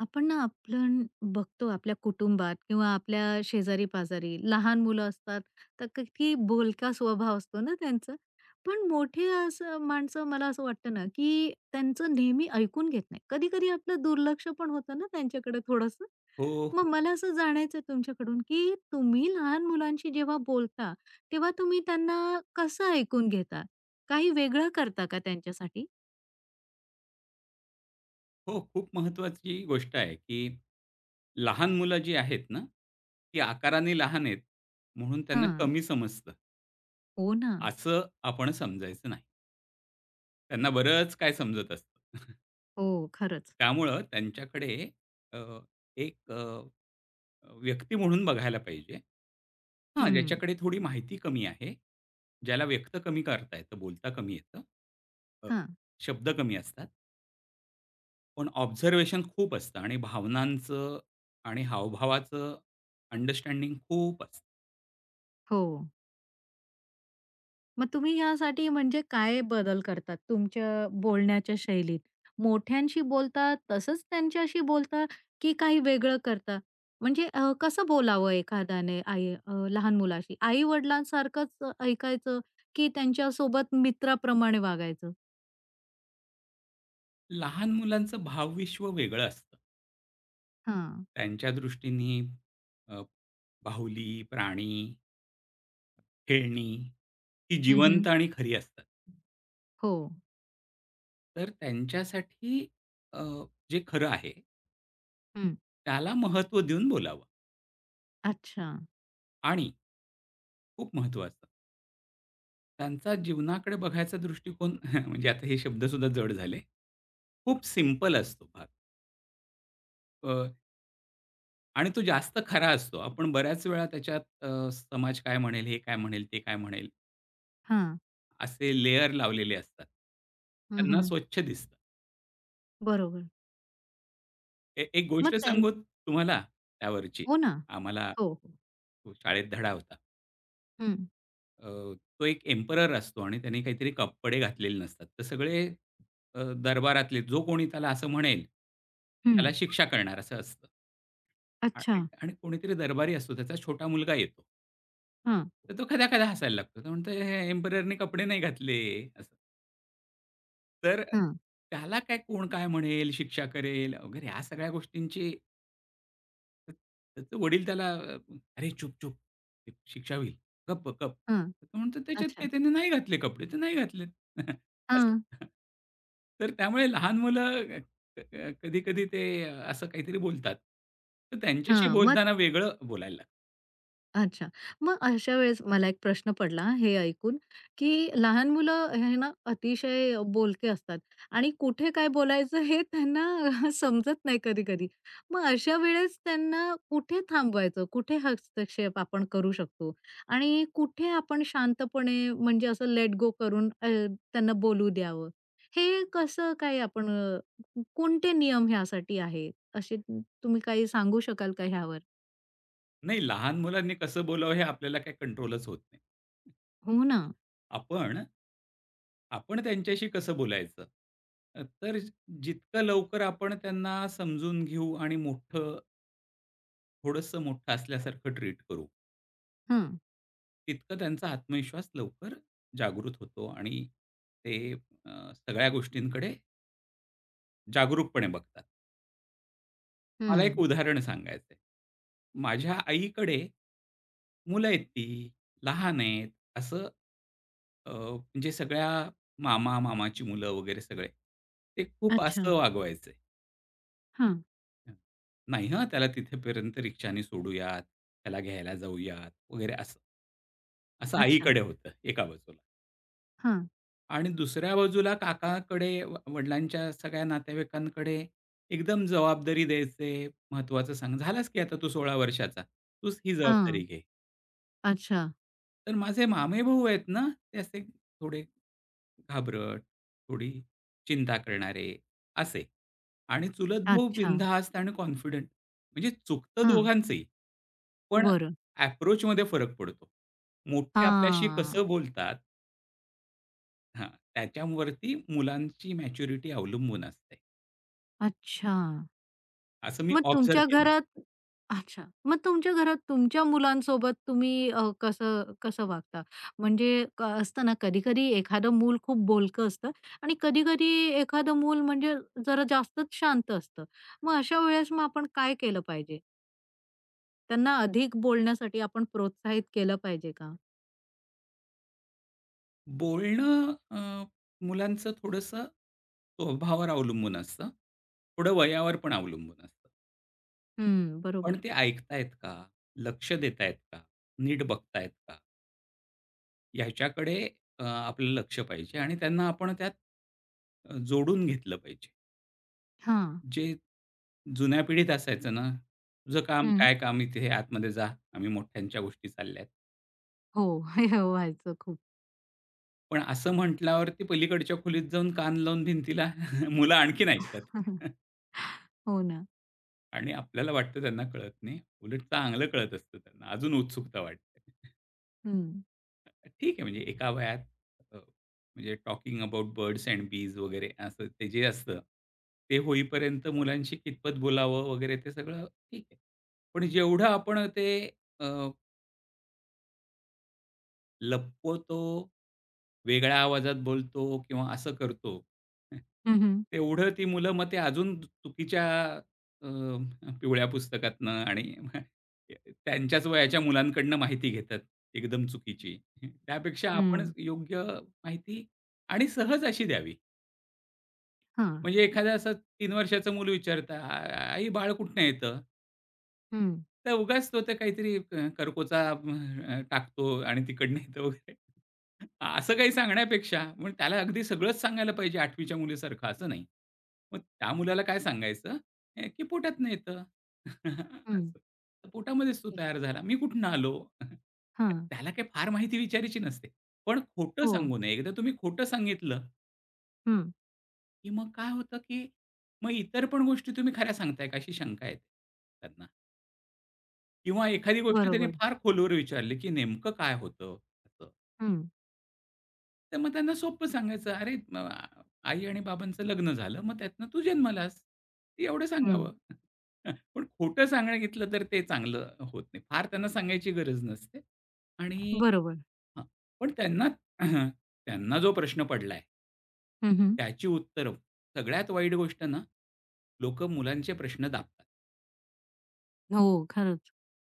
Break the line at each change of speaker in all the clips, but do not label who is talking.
आपण बघतो आपल्या कुटुंबात किंवा आपल्या शेजारी पाजारी लहान मुलं असतात. तर किती बोलका स्वभाव असतो ना त्यांचा. पण मोठे असं माणसं मला असं वाटतं ना की त्यांचं नेहमी ऐकून घेत नाही, कधी कधी आपलं दुर्लक्ष पण होतं ना त्यांच्याकडे थोडंसं.
हो,
मग
हो,
मला असं जाणायचं तुमच्याकडून की तुम्ही लहान मुलांशी जेव्हा बोलता, तेव्हा तुम्ही त्यांना कसं ऐकून घेता? काही वेगळं करता का त्यांच्यासाठी?
हो. खूप महत्त्वाची गोष्ट आहे, की लहान मुलं जी आहेत ना, ती आकाराने लहान आहेत, म्हणून
हा.
त्यांना कमी समजतं,
हो ना.
असं आपण समजायचं नाही. त्यांना बरंच काय समजत असतं.
हो. खरंच.
त्यामुळं त्यांच्याकडे अ, एक व्यक्ती म्हणून बघायला पाहिजे. हां,
हम्म.
ज्याच्याकडे थोडी माहिती कमी आहे, ज्याला व्यक्त कमी करता येतं, बोलता कमी येतं, अ,
हा.
शब्द कमी असतात. पण ऑब्झर्वेशन खूप असतं आणि भावनांचं आणि हावभावाचं अंडरस्टँडिंग खूप असतं.
हो. मग तुम्ही यासाठी म्हणजे काय बदल करतात तुमच्या बोलण्याच्या शैलीत? मोठ्यांशी बोलता, तसंच त्यांच्याशी बोलता, की काही वेगळं करता? म्हणजे कसं बोलावं एखाद्याने आई लहान मुलाशी? आई-वडिलांसारखंच ऐकायचं, की त्यांच्यासोबत मित्राप्रमाणे वागायचं?
लहान मुलांचं भावविश्व वेगळं असतं.
हां.
त्यांच्या दृष्टीने अ, बाहुली, प्राणी, खेळणी ही
हं,
जिवंत
हं.
आणि खरी असतात.
हो.
तर त्यांच्यासाठी अ, जे खरं आहे
हं.
त्याला महत्त्व देऊन बोलावं
अच्छा.
आणि खूप महत्त्वाचं त्यांचा जीवनाकडे बघायचा दृष्टिकोन म्हणजे आता हे शब्द जड झाले. खूप सिंपल असतो भाग. आणि तो जास्त खरा असतो. आपण बऱ्याच वेळा त्याच्यात समाज काय म्हणेल, हे काय म्हणेल, ते काय म्हणेल,
हां.
असे लेयर लावलेले असतात.
हं,
त्यांना
हं.
स्वच्छ दिसतं.
बरोबर.
एक गोष्ट
मग त्यां.
सांगू तुम्हाला त्यावरची.
हो ना.
आम्हाला
हो, हो.
हो, शाळेत धडा होता.
हं.
अ, तो एक एम्परर असतो आणि त्याने काहीतरी कपडे घातलेले नसतात. तर सगळे दरबारातले जो कोणी त्याला असं म्हणेल,
हं.
त्याला शिक्षा करणार असं असतं.
अच्छा.
आणि आणि कोणीतरी दरबारी असतो, त्याचा छोटा मुलगा येतो.
हां.
तर तो कधा-कधा हसायला लागतो. तो म्हणतो, "हे एम्पररने कपडे नाही घातले." असं. तर
हां.
त्याला काय कोण काय म्हणेल, शिक्षा करेल वगैरे ह्या सगळ्या गोष्टींची त्याचे वडील त्याला "अरे चुप-चुप, शिक्षा होईल. गप्प, गप्प."
हां.
तर तो म्हणतो, "त्याच्यात
अच्छा.
काय त्याने नाही घातले कपडे, तर नाही घातलेत." असं.
हां.
तर त्यामुळे लहान मुलं कधी-कधी ते असं काहीतरी बोलतात. तर त्यांच्याशी
हां, मग.
बोलताना वेगळं बोलायला लागतं.
अच्छा. मग अशा वेळेस मला एक प्रश्न पडला हे ऐकून, की लहान मुलं हे ना अतिशय बोलके असतात आणि कुठे काय बोलायचं हे त्यांना समजत नाही कधी-कधी. मग अशा वेळेस त्यांना कुठे थांबवायचं, कुठे हस्तक्षेप आपण करू शकतो आणि कुठे आपण शांतपणे म्हणजे असं लेट गो करून त्यांना बोलू द्यावं? हे कसं काय आपण कोणते नियम ह्यासाठी आहे? असे तुम्ही काही सांगू शकाल का ह्यावर?
नाही, लहान मुलांनी कसं बोलावं हे आपल्याला काही कंट्रोलच होत नाही.
हो ना.
आपण आपण त्यांच्याशी कसं बोलायचं? तर जितकं लवकर आपण त्यांना समजून घेऊ आणि मोठं थोडंसं मोठं असल्यासारखं ट्रीट करू,
हं,
तितकं त्यांचा आत्मविश्वास लवकर जागृत होतो आणि ते सगळ्या गोष्टींकडे जागरूकपणे बघतात. मला एक
हं.
उदाहरण सांगायचं आहे. माझ्या आईकडे मुलं आहेत ती, लहान आहेत, असं म्हणजे सगळ्या मामा, मामाची मुलं वगैरे सगळे, ते खूप
अच्छा.
असं वागवायचे.
हां,
हं. "नाही हां, त्याला तिथेपर्यंत रिक्षाने सोडूयात, त्याला घ्यायला जाऊयात" वगैरे असं. असं
अच्छा.
आईकडे होतं एका बाजूला
हां,
आणि दुसऱ्या बाजूला काकाकडे, व वडिलांच्या सगळ्या नातेवाईकांकडे एकदम जबाबदारी द्यायचे. महत्त्वाचं सांग "झालास की आता तू 16 वर्षाचा, तूच ही
हां.
जबाबदारी घे."
अच्छा,
तर माझे मामेभाऊ आहेत ना, ते असे थोडे घाबरट, थोडी चिंता करणारे असे. आणि चुलत भाऊ
अच्छा.
बिनधास्त आणि कॉन्फिडंट. म्हणजे चुकतं
हां,
दोघांचंही, पण
बरं.
अप्रोचमध्ये फरक पडतो. मोठे आपल्याशी
हां,
कसं बोलतात हां, त्याच्यावरती मुलांची मॅच्युरिटी अवलंबून असते.
अच्छा.
असं मी
मग
ऑब्झर्व्ह
तुमच्या
केलंय.
घरात. अच्छा. मग तुमच्या घरात तुमच्या मुलांसोबत तुम्ही कसं कसं वागता? म्हणजे असतं ना कधी-कधी एखादं मूल खूप बोलकं असतं आणि कधी-कधी एखादं मूल म्हणजे जरा जास्तच शांत असतं. मग अशा वेळेस मग आपण काय केलं पाहिजे? त्यांना अधिक बोलण्यासाठी आपण प्रोत्साहित केलं पाहिजे का?
बोलणं मुलांचं थोडंसं स्वभावावर अवलंबून असतं. थोडं वयावर पण अवलंबून असतं.
हं,
पण
बरोबर.
ते ऐकतायत का? लक्ष देतायत का? नीट बघतायत का? ह्याच्याकडे आपलं लक्ष पाहिजे आणि त्यांना आपण त्यात जोडून घेतलं पाहिजे.
हां.
जे जुन्या पिढीत असायचं ना, "तुझं काम
हं.
काय काम इथे आतमध्ये जा, आम्ही मोठ्यांच्या गोष्टी चालल्यात."
हो. हो, व्हायचं खूप.
पण असं म्हटल्यावरती पलीकडच्या खोलीत जाऊन कान लावून भिंतीला मुलं आणखीन ऐकतात
हो ना.
आणि आपल्याला वाटतं त्यांना कळत नाही. उलट चांगलं कळत असतं त्यांना. अजून उत्सुकता वाटते.
हं.
ठीक आहे, म्हणजे एका वयात म्हणजे टॉकिंग अबाउट बर्ड्स एंड बीज वगैरे असं ते जे असतं, ते होईपर्यंत मुलांशी कितपत बोलावं वगैरे ते सगळं ठीक आहे. पण जेवढं आपण ते लपवतो, वेगळ्या आवाजात बोलतो किंवा असं करतो.
हं, हं.
तेवढं ती मुलं मग ते अजून चुकीच्या अ, पिवळ्या पुस्तकातनं आणि त्यांच्याच वयाच्या मुलांकडनं माहिती घेतात एकदम चुकीची. त्यापेक्षा आपणच
हं.
योग्य माहिती आणि सहज अशी द्यावी.
हां.
म्हणजे एखादा असं 3 वर्षाचं मूल विचारतं, "आई बाळ कुठनं येतं?"
हं.
तर उगाच तो तर काहीतरी करकोचा टाकतो आणि तिकडनं येतो वगैरे. असं काही सांगण्यापेक्षा मग त्याला अगदी सगळंच सांगायला पाहिजे 8वी च्या मुलीसारखं असं नाही. मग त्या मुलाला काय सांगायचं, की पोटातनं येतं. असं. तर पोटामध्येच तो
ठीक आहे.
तयार झाला. मी कुठनं आलो?
हां.
त्याला काही फार माहिती विचारायची नसते. पण खोटं
हो.
सांगू नये. एकदा तुम्ही खोटं सांगितलं,
हं.
की मग काय होतं, की मग इतर पण गोष्टी तुम्ही खऱ्या सांगताय का अशी शंका येते त्यांना. किंवा एखादी गोष्ट त्यांनी
बरोबर.
फार खोलवर विचारली, की नेमकं काय होतं? असं.
हं.
तर मग त्यांना सोपं सांगायचं, "अरे, आई आणि बाबांचं लग्न झालं, मग त्यातनं तू जन्मालास." एवढं
हं.
सांगावं. पण खोटं सांगितलं तर ते चांगलं होत नाही. फार त्यांना सांगायची गरज नसते आणि
बरोबर.
हां, पण त्यांना त्यांना जो प्रश्न पडलाय
हं,
त्याची उत्तरं सगळ्यात वाईट गोष्ट ना, लोकं मुलांचे प्रश्न दाबतात.
हो, खरंच.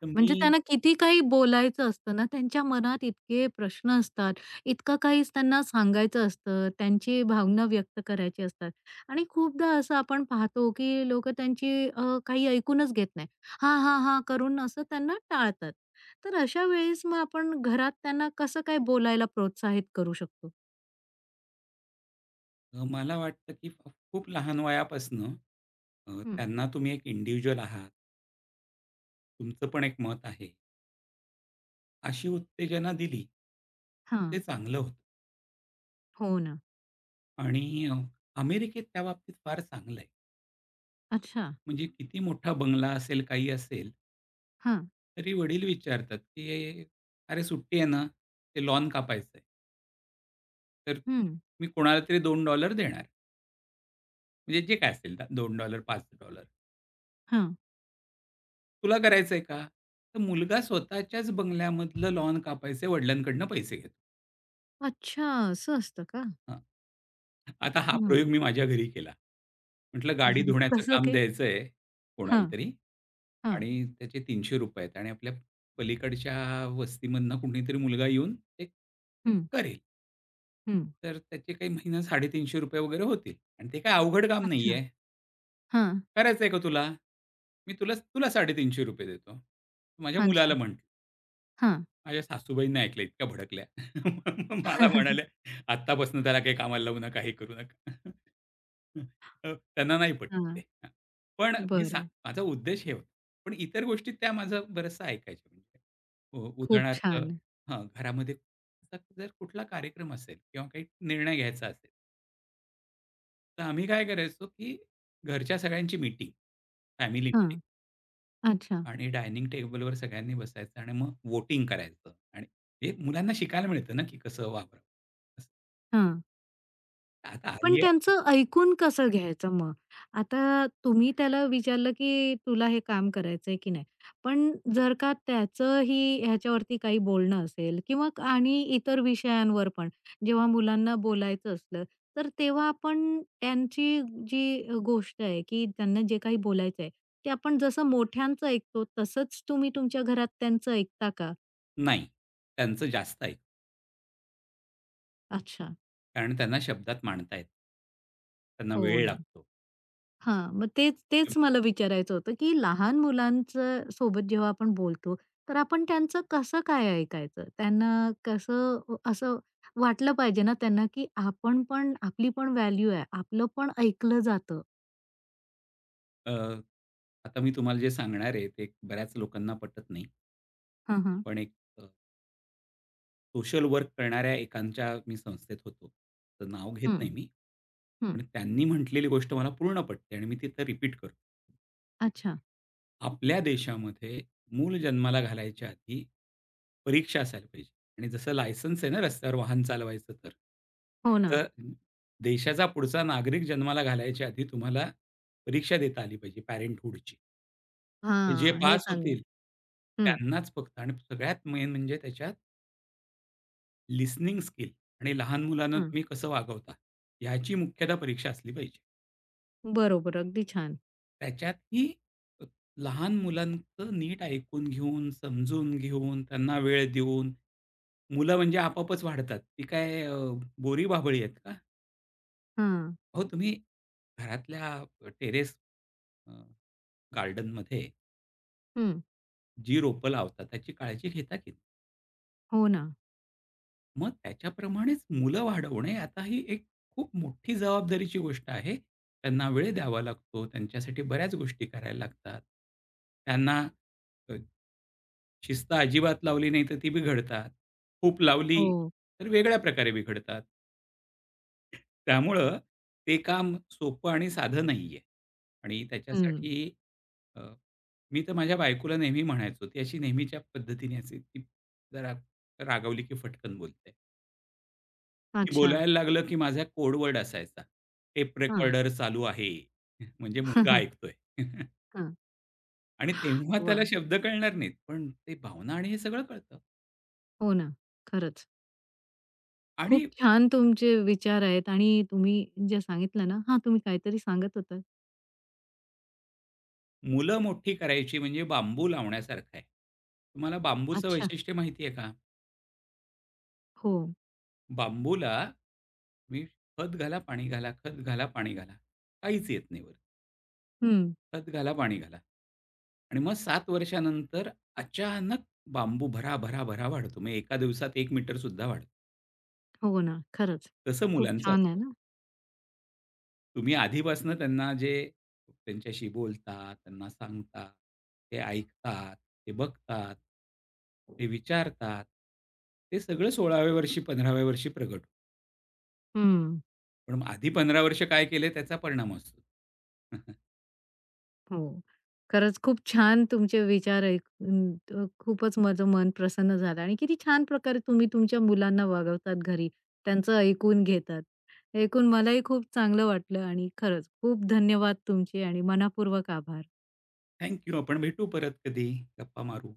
तर
म्हणजे
मी
त्यांना किती काही बोलायचं असतं ना, त्यांच्या मनात इतके प्रश्न असतात, इतकं काही त्यांना सांगायचं असतं, त्यांची भावना व्यक्त करायची असतात आणि खूपदा असं आपण पाहतो, की लोकं त्यांची काही ऐकूनच घेत नाही. हां, हां, हां, करून असं त्यांना टाळतात. तर अशा वेळेस मग आपण घरात त्यांना कसं काय बोलायला प्रोत्साहित करू शकतो?
मला वाटतं की खूप लहान वयापासनं
हं.
त्यांना तुम्ही एक इंडिव्हिज्युअल आहात, तुमचं पण एक मत आहे, अशी उत्तेजना दिली, तर ते
हां.
चांगलं होतं.
हो ना.
आणि अमेरिकेत त्या बाबतीत फार चांगलं आहे.
अच्छा.
म्हणजे किती मोठा बंगला असेल, काही असेल,
हां.
तरी वडील विचारतात की "अरे, सुट्टी आहे ना? ते लॉन कापायचं आहे, तर
हं.
मी कोणाला तरी $2 देणार." म्हणजे जे काय असेल $2, $5
हां.
तुला करायचंय का? तर मुलगा स्वतःच्याच बंगल्यामधलं लॉन कापायचे वडिलांकडनं पैसे घेतो.
अच्छा, असं असतं का?
हां. आता हा
हं.
प्रयोग मी माझ्या घरी केला. म्हटलं गाडी धुण्याचं
कसं
काम
काय?
द्यायचंय कोणाला
हां.
तरी
हां.
आणि त्याचे ₹ 300 आहेत आणि आपल्या पलीकडच्या वस्तीमधनं कुणीतरी मुलगा येऊन ते
हं.
करेल.
हं.
तर त्याचे काही महिना ₹ 350 वगैरे होतील आणि ते काही अवघड काम
अच्छा.
नाहीये.
हां.
करायचंय का तुला? मी तुला तुला 350 देतो. माझ्या
अच्छा.
मुलाला म्हण.
हां.
माझ्या सासूबाईंनी ऐकलं, इतक्या भडकल्या. मला म्हणाल्या, "आत्तापासून त्याला काही कामाला लावू नका, हे करू नका." त्यांना नाही पटलं
हां.
ते. हां. पण मी
बरं.
माझा उद्देश हे होता. पण इतर गोष्टीत त्या माझं बरचसं ऐकायच्या म्हणजे.
खूप
उदाहरणार्थ
छान.
हां, घरामध्ये असा जर कुठला कार्यक्रम असेल किंवा काही निर्णय घ्यायचा असेल, तर आम्ही काय करायचो, की घरच्या सगळ्यांची मीटिंग, फॅमिली
हां. अच्छा.
आणि डायनिंग टेबलवर सगळ्यांनी बसायचं आणि मग वोटिंग करायचं आणि हे मुलांना शिकायला मिळतं ना, की कसं वापरावं. असं
हां.
आता
पण
आई आहे
त्यांचं ऐकून कसं घ्यायचं मग? आता तुम्ही त्याला विचारलं, की "तुला हे काम करायचंय की नाही?" पण जर का त्याचंही ह्याच्यावरती काही बोलणं असेल किंवा आणि इतर विषयांवर पण जेव्हा मुलांना बोलायचं असलं, तर तेव्हा आपण त्यांची जी गोष्ट आहे, की त्यांना जे काही बोलायचं आहे, ते आपण जसं मोठ्यांचं ऐकतो तसंच तुम्ही तुमच्या घरात त्यांचं ऐकता का?
नाही. त्यांचं जास्त ऐक
अच्छा.
कारण त्यांना शब्दात मांडता येत त्यांना
हो
वेळ
ना.
लागतो.
हां, मग तेच तेच मला विचारायचं होतं, की लहान मुलांचं सोबत जेव्हा आपण बोलतो, तर आपण त्यांचं कसं काय ऐकायचं? त्यांना कसं असं वाटलं पाहिजे ना त्यांना, की आपण पण आपली पण व्हॅल्यू आहे, आपलं पण ऐकलं जातं.
अ, आता मी तुम्हाला जे सांगणार आहे ते बऱ्याच लोकांना पटत नाही.
हां, हां.
पण एक सोशल वर्क करणाऱ्या एकांच्या मी संस्थेत होतो. तर नाव घेत
हं,
नाही मी.
हं.
पण त्यांनी म्हटलेली गोष्ट मला पूर्ण पटते आणि मी तिथं रिपीट करतो.
अच्छा.
आपल्या देशामध्ये मूल जन्माला घालायच्या आधी परीक्षा असायला पाहिजे आणि जसं लायसन्स आहे ना रस्त्यावर वाहन चालवायचं तर.
हो ना.
तर देशाचा पुढचा नागरिक जन्माला घालायच्या आधी तुम्हाला परीक्षा देता आली पाहिजे पॅरेंटहूडची. आणि जे
हां, हे
पास
चांगलं.
होतील
हं,
त्यांनाच फक्त आणि सगळ्यात मेन म्हणजे त्याच्यात लिसनिंग स्किल आणि लहान मुलांना
हं.
तुम्ही कसं वागवता, ह्याची मुख्यतः परीक्षा असली पाहिजे.
बरोबर, अगदी छान.
त्याच्यातही अ, लहान मुलांचं नीट ऐकून घेऊन, समजून घेऊन, त्यांना वेळ देऊन, मुलं म्हणजे आपोआपच वाढतात. ती काय बोरीबाभळी आहेत का?
हां.
अहो, तुम्ही घरातल्या टेरेस अ, गार्डनमध्ये
हं.
जी रोपं लावता त्याची काळजी घेता की नाही?
हो ना.
मग त्याच्याप्रमाणेच मुलं वाढवणे आता ही एक खूप मोठी जबाबदारीची गोष्ट आहे. त्यांना वेळ द्यावा लागतो, त्यांच्यासाठी बऱ्याच गोष्टी करायला लागतात. त्यांना शिस्त अजिबात लावली नाही तर ती बिघडतात. खूप लावली
हो.
तर वेगळ्या प्रकारे बिघडतात. त्यामुळं ते काम सोपं आणि साधं नाहीये. आणि
हं.
त्याच्यासाठी अ, मी तर माझ्या बायकोला नेहमी म्हणायचो, ती अशी नेहमीच्या पद्धतीने असे ती जरा रागावली की फटकन बोलते. ती
अच्छा.
बोलायला लागलं की माझा कोड असायचा. टेप
हां.
रेकॉर्डर चालू आहे. म्हणजे
हां.
मुलगा
हां.
ऐकतोय. आणि तेव्हा त्याला शब्द कळणार नाहीत, पण ते भावना आणि हे सगळं कळतं.
हो ना, खरंच.
आणि
खूप छान तुमचे विचार आहेत आणि तुम्ही जे सांगितलं ना हां, तुम्ही काहीतरी सांगत होता.
मुलं मोठी करायची म्हणजे बांबू लावण्यासारखं आहे. तुम्हाला बांबूचं
अच्छा.
वैशिष्ट्य माहिती आहे का?
हो.
बांबूला तुम्ही खत घाला, पाणी घाला, खत घाला, पाणी घाला. काहीच येत नाही वर.
हं.
खत घाला, पाणी घाला. आणि मग 7 वर्षानंतर अचानक बांबू भरा, भरा, भरा वाढतो. मग एका दिवसात 1 मीटर सुद्धा वाढतो.
हो ना. खरंच.
तसं
खूप
मुलांचं
छान आहे
असतं.
ना.
तुम्ही आधीपासनं त्यांना जे त्यांच्याशी बोलता, त्यांना सांगता, ते ऐकतात, ते बघतात, ते विचारतात. ते सगळं 16व्या वर्षी 15व्या वर्षी प्रगट होतं.
हं.
पण मग आधी 15 वर्ष काय केले त्याचा परिणाम असतो.
हो. खरंच खूप छान तुमचे विचार ऐकून खूपच माझं मन प्रसन्न झालं आणि किती छान प्रकारे तुम्ही तुमच्या मुलांना वागवतात घरी. त्यांचं ऐकून घेतात. ऐकून मलाही खूप चांगलं वाटलं आणि खरंच खूप धन्यवाद तुमचे आणि मनःपूर्वक आभार.
Thank you. आपण भेटू परत कधी. गप्पा मारू.